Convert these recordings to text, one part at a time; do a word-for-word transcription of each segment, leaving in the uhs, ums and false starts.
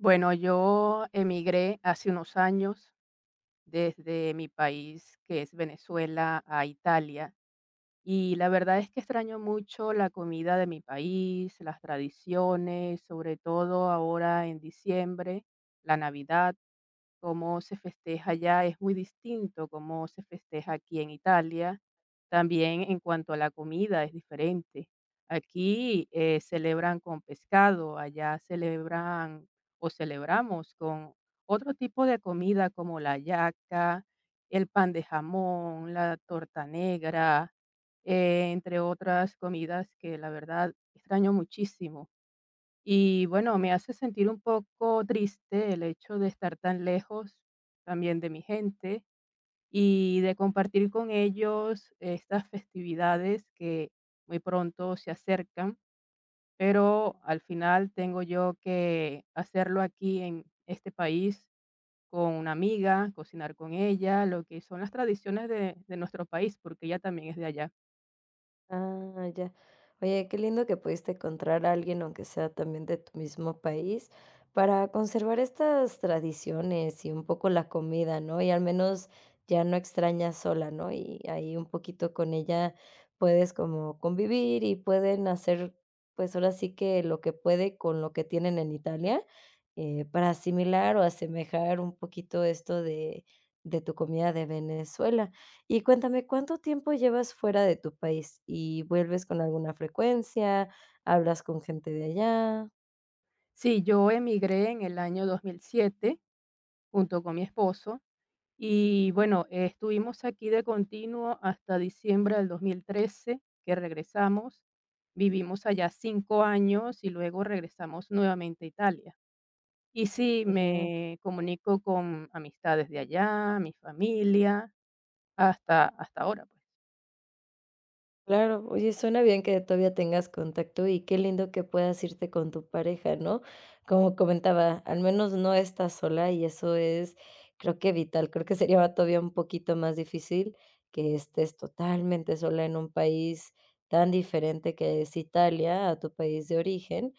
Bueno, yo emigré hace unos años desde mi país, que es Venezuela, a Italia. Y la verdad es que extraño mucho la comida de mi país, las tradiciones, sobre todo ahora en diciembre, la Navidad cómo se festeja allá es muy distinto, cómo se festeja aquí en Italia. También en cuanto a la comida es diferente. Aquí eh, celebran con pescado, allá celebran o celebramos con otro tipo de comida como la yaca, el pan de jamón, la torta negra, eh, entre otras comidas que la verdad extraño muchísimo. Y bueno, me hace sentir un poco triste el hecho de estar tan lejos también de mi gente y de compartir con ellos estas festividades que muy pronto se acercan, pero al final tengo yo que hacerlo aquí en este país con una amiga, cocinar con ella, lo que son las tradiciones de, de nuestro país, porque ella también es de allá. Ah, ya. Oye, qué lindo que pudiste encontrar a alguien, aunque sea también de tu mismo país, para conservar estas tradiciones y un poco la comida, ¿no? Y al menos ya no extrañas sola, ¿no? Y ahí un poquito con ella puedes como convivir y pueden hacer, pues ahora sí que lo que puede con lo que tienen en Italia, eh, para asimilar o asemejar un poquito esto de, de tu comida de Venezuela. Y cuéntame, ¿cuánto tiempo llevas fuera de tu país? ¿Y vuelves con alguna frecuencia? ¿Hablas con gente de allá? Sí, yo emigré en el año dos mil siete junto con mi esposo. Y Ujú. bueno, eh, estuvimos aquí de continuo hasta diciembre del dos mil trece, que regresamos. Vivimos allá cinco años y luego regresamos nuevamente a Italia. Y Ah, sí, ya. me comunico con amistades de allá, mi familia, hasta, hasta ahora, pues. Claro, oye, suena bien que todavía tengas contacto y qué lindo que puedas irte con tu pareja, ¿no? Como comentaba, al menos no estás sola y eso es, creo que vital. Creo que sería todavía un poquito más difícil que estés totalmente sola en un país tan diferente que es Italia a tu país de origen,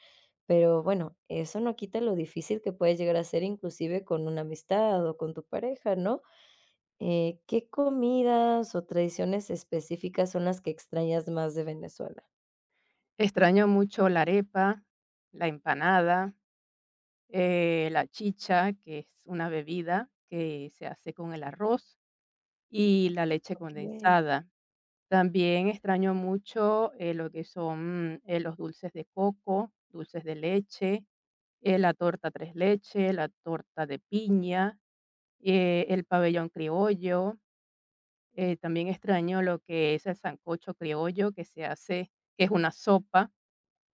pero bueno, eso no quita lo difícil que puede llegar a ser inclusive con una amistad o con tu pareja, ¿no? Eh, ¿qué comidas o tradiciones específicas son las que extrañas más de Venezuela? Extraño mucho la arepa, la empanada, eh, la chicha, que es una bebida que se hace con el arroz, y la leche Okey. condensada. También extraño mucho, eh, lo que son, eh, los dulces de coco, dulces de leche, eh, la torta tres leches, la torta de piña, eh, el pabellón criollo. Eh, también extraño lo que es el sancocho criollo que se hace que es una sopa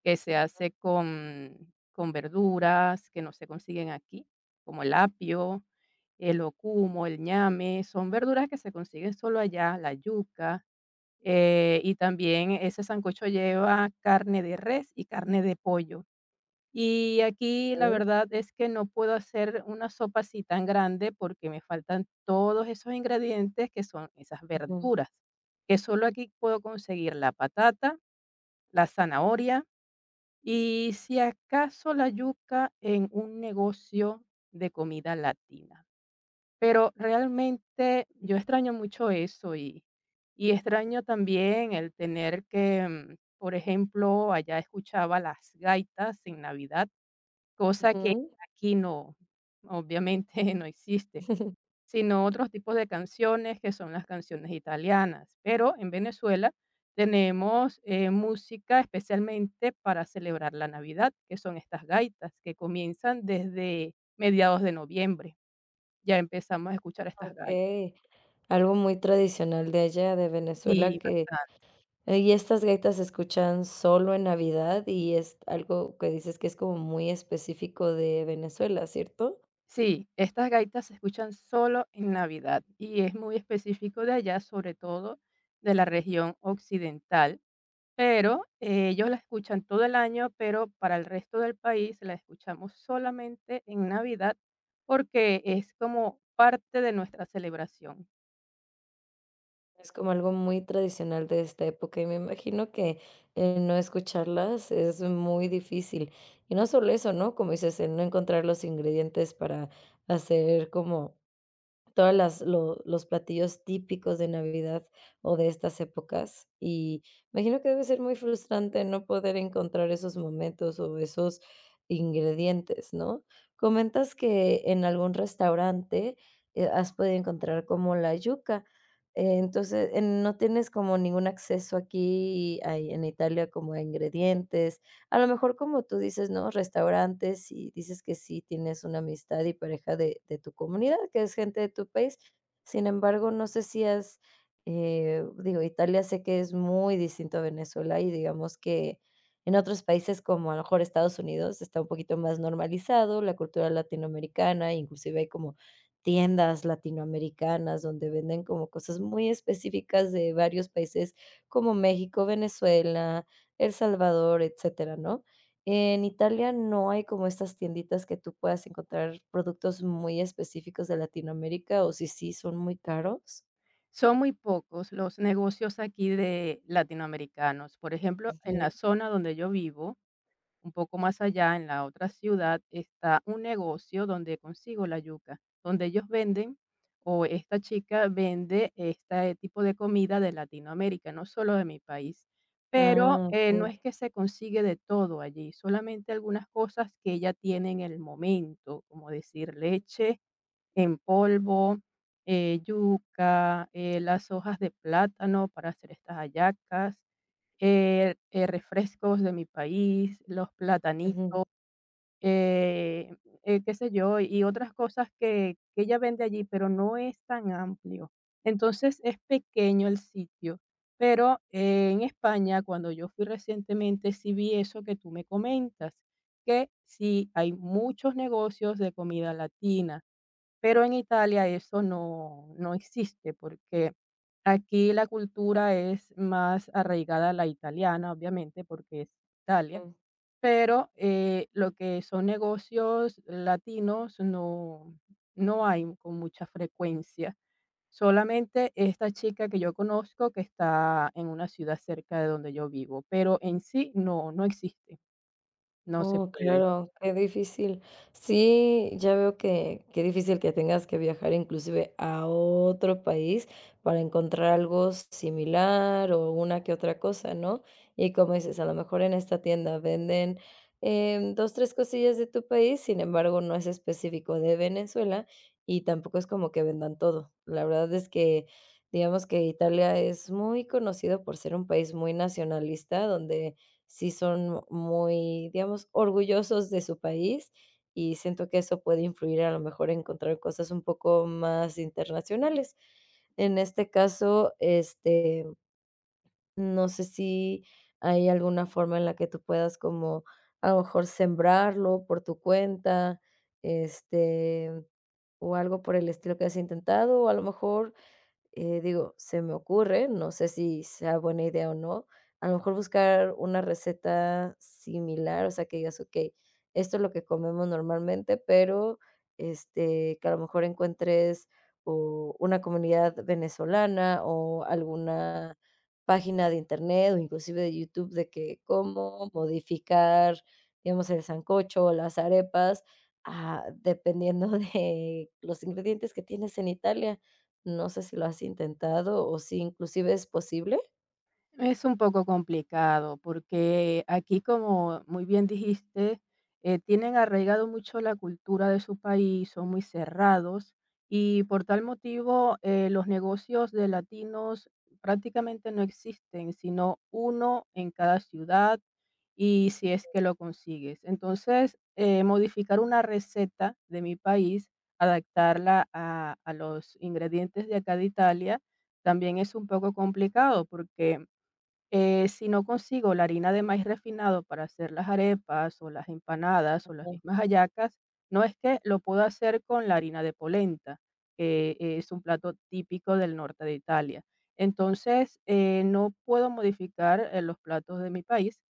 que se hace con con verduras que no se consiguen aquí, como el apio, el ocumo, el ñame, son verduras que se consiguen solo allá, la yuca. Eh, y también ese sancocho lleva carne de res y carne de pollo. Y aquí la Okey. verdad es que no puedo hacer una sopa así tan grande porque me faltan todos esos ingredientes que son esas Ujú, verduras, que solo aquí puedo conseguir la patata, la zanahoria y si acaso la yuca en un negocio de comida latina. Pero realmente yo extraño mucho eso y, y extraño también el tener que, mm, por ejemplo, allá escuchaba las gaitas en Navidad, cosa que ujú. aquí no, obviamente no existe, sino otros tipos de canciones que son las canciones italianas. Pero en Venezuela tenemos eh, música especialmente para celebrar la Navidad, que son estas gaitas que comienzan desde mediados de noviembre. Ya empezamos a escuchar estas gaitas. Okey. Algo muy tradicional de allá, de Venezuela, Sí, que bastante. ahí estas gaitas se escuchan solo en Navidad y es algo que dices que es como muy específico de Venezuela, ¿cierto? Sí, estas gaitas se escuchan solo en Navidad y es muy específico de allá, sobre todo de la región occidental, pero eh, ellos la escuchan todo el año, pero para el resto del país la escuchamos solamente en Navidad porque es como parte de nuestra celebración. Es como algo muy tradicional de esta época y me imagino que el no escucharlas es muy difícil. Y no solo eso, ¿no? Como dices, el no encontrar los ingredientes para hacer como todas las lo los platillos típicos de Navidad o de estas épocas, y imagino que debe ser muy frustrante no poder encontrar esos momentos o esos ingredientes, ¿no? Comentas que en algún restaurante, eh, has podido encontrar como la yuca, eh, entonces, eh, ¿no tienes como ningún acceso aquí, ahí en Italia como a ingredientes a lo mejor, como tú dices, ¿no? Restaurantes, y dices que sí tienes una amistad y pareja de de tu comunidad, que es gente de tu país. Sin embargo, no sé si has, eh, digo, Italia sé que es muy distinto a Venezuela, y digamos que en otros países, como a lo mejor Estados Unidos, está un poquito más normalizado la cultura latinoamericana, inclusive hay como tiendas latinoamericanas donde venden como cosas muy específicas de varios países como México, Venezuela, el Salvador, etcétera, ¿no? En Italia no hay como estas tienditas que tú puedas encontrar productos muy específicos de Latinoamérica, o si sí, son muy caros. Son muy pocos los negocios aquí de latinoamericanos. Por ejemplo, en Ujú. la zona donde yo vivo, un poco más allá, en la otra ciudad, está un negocio donde consigo la yuca, donde ellos venden o esta chica vende este tipo de comida de Latinoamérica, no solo de mi país. Pero Ah, eh, okey. no es que se consigue de todo allí, solamente algunas cosas que ella tiene en el momento, como decir leche, en polvo, eh, yuca, eh, las hojas de plátano para hacer estas hallacas, eh, eh, refrescos de mi país, los Ujú, platanitos, eh, eh, qué sé yo, y otras cosas que, que ella vende allí, pero no es tan amplio. Entonces es pequeño el sitio. Pero eh, en España, cuando yo fui recientemente, sí vi eso que tú me comentas, que sí hay muchos negocios de comida latina, pero en Italia eso no no existe, porque aquí la cultura es más arraigada a la italiana, obviamente, porque es Italia, mm. pero, eh, lo que son negocios latinos no no hay con mucha frecuencia. Solamente esta chica que yo conozco que está en una ciudad cerca de donde yo vivo, pero en sí no, no existe, no se Oh, puede. claro, qué difícil. Sí, ya veo que qué difícil que tengas que viajar inclusive a otro país para encontrar algo similar o una que otra cosa, ¿no? Y como dices, a lo mejor en esta tienda venden em, dos, tres cosillas de tu país, sin embargo, no es específico de Venezuela y tampoco es como que vendan todo. La verdad es que digamos que Italia es muy conocido por ser un país muy nacionalista, donde sí son muy, digamos, orgullosos de su país y siento que eso puede influir a lo mejor a encontrar cosas un poco más internacionales. En este caso, este, no sé si hay alguna forma en la que tú puedas como a lo mejor sembrarlo por tu cuenta, este, o algo por el estilo que has intentado, o a lo mejor eh, digo, se me ocurre, no sé si sea buena idea o no, a lo mejor buscar una receta similar, o sea, que digas, okey, esto es lo que comemos normalmente, pero, este, que a lo mejor encuentres o una comunidad venezolana o alguna página de internet o inclusive de YouTube de que cómo modificar, digamos, el sancocho o las arepas, ah, dependiendo de los ingredientes que tienes en Italia. No sé si lo has intentado o si inclusive es posible. Es un poco complicado porque aquí, como muy bien dijiste, eh, tienen arraigado mucho la cultura de su país, son muy cerrados y por tal motivo eh, los negocios de latinos prácticamente no existen, sino uno en cada ciudad y si es que lo consigues. Entonces, eh, modificar una receta de mi país, adaptarla a a los ingredientes de acá de Italia, también es un poco complicado porque eh, si no consigo la harina de maíz refinado para hacer las arepas o las empanadas o las mismas hallacas, no es que lo puedo hacer con la harina de polenta, que eh, es un plato típico del norte de Italia. Entonces, eh, no puedo modificar eh, los platos de mi país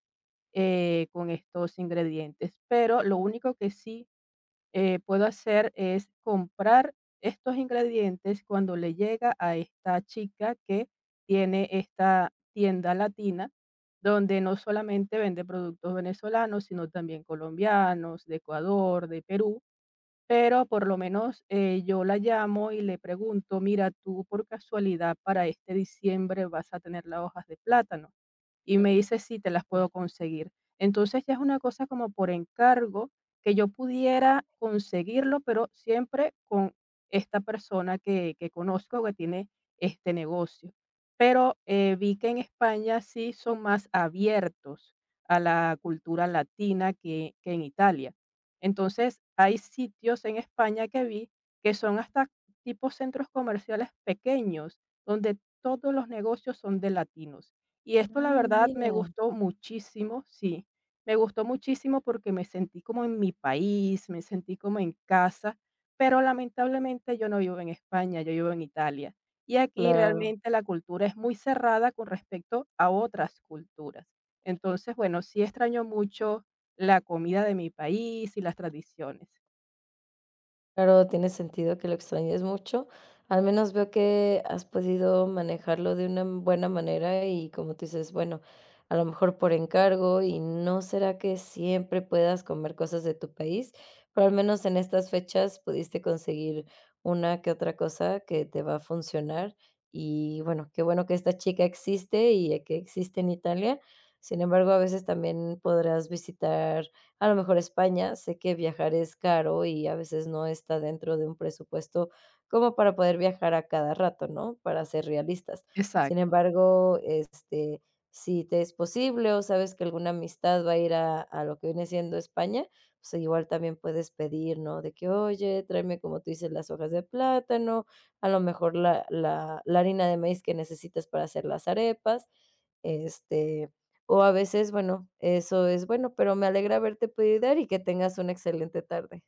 eh, con estos ingredientes, pero lo único que sí eh, puedo hacer es comprar estos ingredientes cuando le llega a esta chica que tiene esta tienda latina, donde no solamente vende productos venezolanos, sino también colombianos, de Ecuador, de Perú. Pero por lo menos eh, yo la llamo y le pregunto, mira, tú por casualidad para este diciembre vas a tener las hojas de plátano y me dice: "Sí, te las Okey. puedo conseguir". Entonces, ya es una cosa como por encargo que yo pudiera conseguirlo, pero siempre con esta persona que que conozco que tiene este negocio. Pero, eh, vi que en España sí son más abiertos a la cultura latina que que en Italia. Entonces, hay sitios en España que vi que son hasta tipo centros comerciales pequeños, donde todos los negocios son de latinos. Y esto, la Ah, verdad, me mira. gustó muchísimo, sí, me gustó muchísimo porque me sentí como en mi país, me sentí como en casa, pero lamentablemente yo no vivo en España, yo vivo en Italia. Y aquí Claro. realmente la cultura es muy cerrada con respecto a otras culturas. Entonces, bueno, sí extraño mucho la comida de mi país y las tradiciones. Claro, tiene sentido que lo extrañes mucho. Al menos veo que has podido manejarlo de una buena manera y como tú dices, bueno, a lo mejor por encargo y no será que siempre puedas comer cosas de tu país, pero al menos en estas fechas pudiste conseguir una que otra cosa que te va a funcionar. Y bueno, qué bueno que esta chica existe y que existe en Italia. Sin embargo, a veces también podrás visitar a lo mejor España, sé que viajar es caro y a veces no está dentro de un presupuesto como para poder viajar a cada rato, ¿no? Para ser realistas. Sin Exacto. embargo, este, si te es posible o sabes que alguna amistad va a ir a a lo que viene siendo España, pues igual también puedes pedir, ¿no? De que, oye, tráeme, como tú dices, las hojas de plátano, a lo mejor la la la harina de maíz que necesitas para hacer las arepas, este o a veces, bueno, eso es bueno, pero me alegra haberte podido ayudar y que tengas una excelente tarde.